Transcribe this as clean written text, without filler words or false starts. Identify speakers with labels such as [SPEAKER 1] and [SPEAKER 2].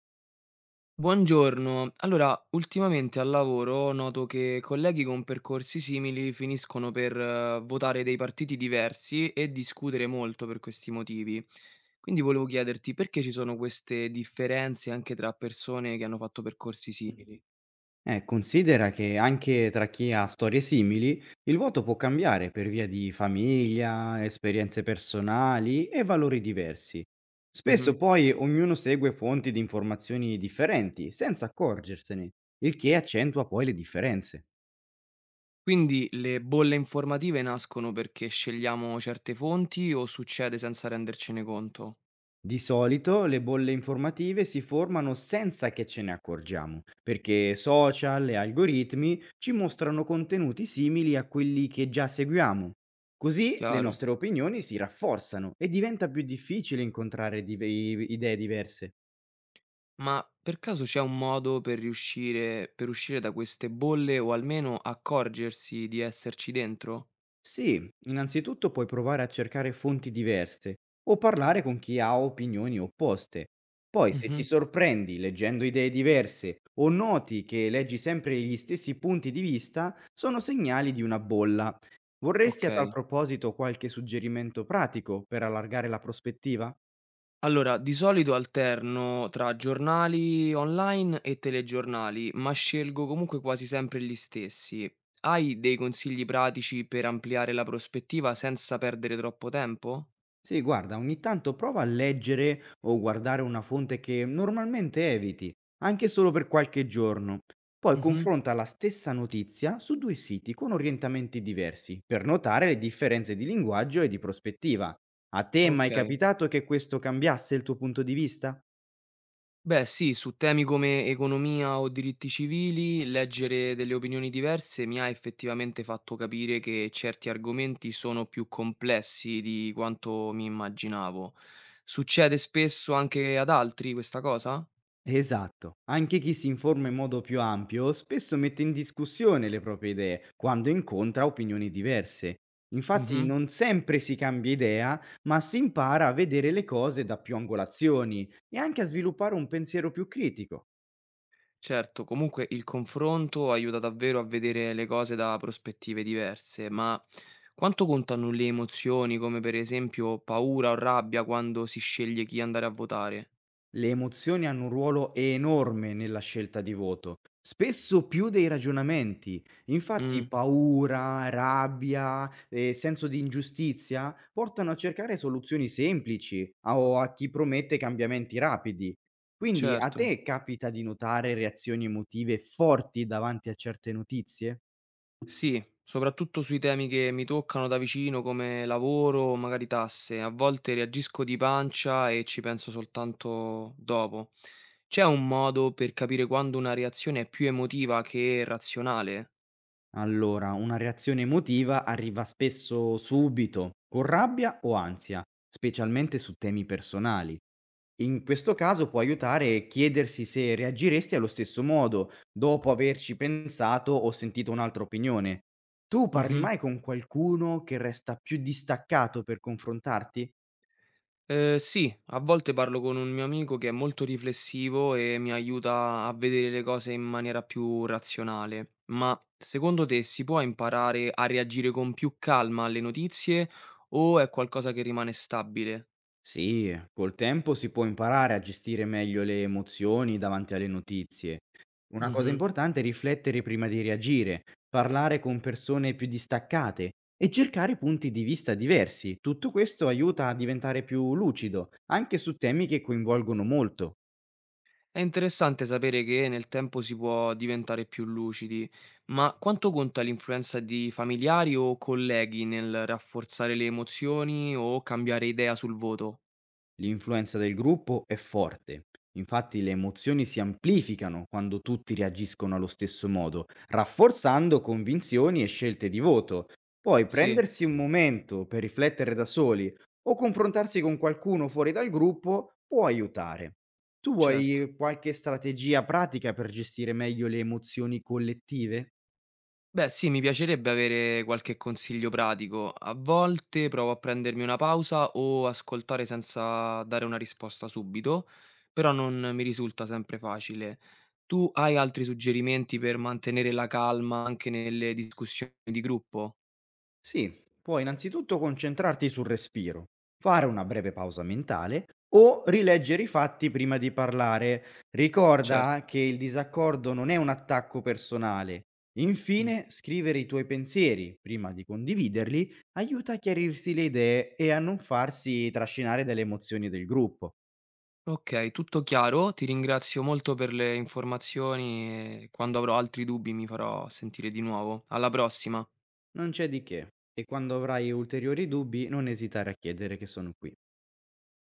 [SPEAKER 1] Buongiorno. Allora, ultimamente al lavoro noto che colleghi con percorsi simili finiscono per votare dei partiti diversi e discutere molto per questi motivi. Quindi volevo chiederti perché ci sono queste differenze anche tra persone che hanno fatto percorsi simili.
[SPEAKER 2] Considera che anche tra chi ha storie simili, il voto può cambiare per via di famiglia, esperienze personali e valori diversi.
[SPEAKER 1] Mhm.
[SPEAKER 2] Spesso poi ognuno segue fonti di informazioni differenti, senza accorgersene, il che accentua poi le differenze.
[SPEAKER 1] Quindi le bolle informative nascono perché scegliamo certe fonti o succede senza rendercene conto?
[SPEAKER 2] Di solito le bolle informative si formano senza che ce ne accorgiamo, perché social e algoritmi ci mostrano contenuti simili a quelli che già seguiamo. Così le
[SPEAKER 1] Chiaro?
[SPEAKER 2] nostre opinioni si rafforzano e diventa più difficile incontrare idee diverse.
[SPEAKER 1] Ma per caso c'è un modo per uscire da queste bolle o almeno accorgersi di esserci dentro?
[SPEAKER 2] Sì, innanzitutto puoi provare a cercare fonti diverse o parlare con chi ha opinioni opposte. Poi, se ti
[SPEAKER 1] Mh-mh,
[SPEAKER 2] sorprendi leggendo idee diverse o noti che leggi sempre gli stessi punti di vista, sono segnali di una bolla. Vorresti a tal
[SPEAKER 1] okay.
[SPEAKER 2] proposito qualche suggerimento pratico per allargare la prospettiva?
[SPEAKER 1] Allora, di solito alterno tra giornali online e telegiornali, ma scelgo comunque quasi sempre gli stessi. Hai dei consigli pratici per ampliare la prospettiva senza perdere troppo tempo?
[SPEAKER 2] Sì, guarda, ogni tanto prova a leggere o guardare una fonte che normalmente eviti, anche solo per qualche giorno. Poi
[SPEAKER 1] Mh-mh,
[SPEAKER 2] confronta la stessa notizia su due siti con orientamenti diversi, per notare le differenze di linguaggio e di prospettiva. A te è mai
[SPEAKER 1] okay.
[SPEAKER 2] capitato che questo cambiasse il tuo punto di vista?
[SPEAKER 1] Beh, sì, su temi come economia o diritti civili, leggere delle opinioni diverse mi ha effettivamente fatto capire che certi argomenti sono più complessi di quanto mi immaginavo. Succede spesso anche ad altri questa cosa?
[SPEAKER 2] Esatto. Anche chi si informa in modo più ampio spesso mette in discussione le proprie idee quando incontra opinioni diverse. Infatti
[SPEAKER 1] Mhm.
[SPEAKER 2] non sempre si cambia idea, ma si impara a vedere le cose da più angolazioni e anche a sviluppare un pensiero più critico.
[SPEAKER 1] Certo, comunque il confronto aiuta davvero a vedere le cose da prospettive diverse, ma quanto contano le emozioni, come per esempio paura o rabbia, quando si sceglie chi andare a votare?
[SPEAKER 2] Le emozioni hanno un ruolo enorme nella scelta di voto, spesso più dei ragionamenti. Infatti
[SPEAKER 1] Mm,
[SPEAKER 2] paura, rabbia e senso di ingiustizia portano a cercare soluzioni semplici o a chi promette cambiamenti rapidi. Quindi a
[SPEAKER 1] certo.
[SPEAKER 2] te capita di notare reazioni emotive forti davanti a certe notizie?
[SPEAKER 1] Sì, soprattutto sui temi che mi toccano da vicino come lavoro o magari tasse. A volte reagisco di pancia e ci penso soltanto dopo. C'è un modo per capire quando una reazione è più emotiva che razionale?
[SPEAKER 2] Allora, una reazione emotiva arriva spesso subito, con rabbia o ansia, specialmente su temi personali. In questo caso può aiutare chiedersi se reagiresti allo stesso modo, dopo averci pensato o sentito un'altra opinione. Tu parli
[SPEAKER 1] Mhm.
[SPEAKER 2] mai con qualcuno che resta più distaccato per confrontarti?
[SPEAKER 1] Sì, a volte parlo con un mio amico che è molto riflessivo e mi aiuta a vedere le cose in maniera più razionale. Ma secondo te si può imparare a reagire con più calma alle notizie o è qualcosa che rimane stabile?
[SPEAKER 2] Sì, col tempo si può imparare a gestire meglio le emozioni davanti alle notizie. Una cosa
[SPEAKER 1] Mh-mh.
[SPEAKER 2] importante è riflettere prima di reagire, parlare con persone più distaccate e cercare punti di vista diversi. Tutto questo aiuta a diventare più lucido, anche su temi che coinvolgono molto.
[SPEAKER 1] È interessante sapere che nel tempo si può diventare più lucidi, ma quanto conta l'influenza di familiari o colleghi nel rafforzare le emozioni o cambiare idea sul voto?
[SPEAKER 2] L'influenza del gruppo è forte, infatti le emozioni si amplificano quando tutti reagiscono allo stesso modo, rafforzando convinzioni e scelte di voto. Poi
[SPEAKER 1] Sì,
[SPEAKER 2] prendersi un momento per riflettere da soli o confrontarsi con qualcuno fuori dal gruppo può aiutare. Tu
[SPEAKER 1] certo.
[SPEAKER 2] vuoi qualche strategia pratica per gestire meglio le emozioni collettive?
[SPEAKER 1] Beh, sì, mi piacerebbe avere qualche consiglio pratico. A volte provo a prendermi una pausa o ascoltare senza dare una risposta subito, però non mi risulta sempre facile. Tu hai altri suggerimenti per mantenere la calma anche nelle discussioni di gruppo?
[SPEAKER 2] Sì, puoi innanzitutto concentrarti sul respiro, fare una breve pausa mentale o rileggere i fatti prima di parlare.
[SPEAKER 1] Certo.
[SPEAKER 2] Ricorda che il disaccordo non è un attacco personale.
[SPEAKER 1] Mm.
[SPEAKER 2] Infine, scrivere i tuoi pensieri prima di condividerli aiuta a chiarirsi le idee e a non farsi trascinare dalle emozioni del gruppo.
[SPEAKER 1] Ok, tutto chiaro. Ti ringrazio molto per le informazioni e quando avrò altri dubbi mi farò sentire di nuovo. Alla prossima.
[SPEAKER 2] Non c'è di che. E quando avrai ulteriori dubbi, non esitare a chiedere che sono qui.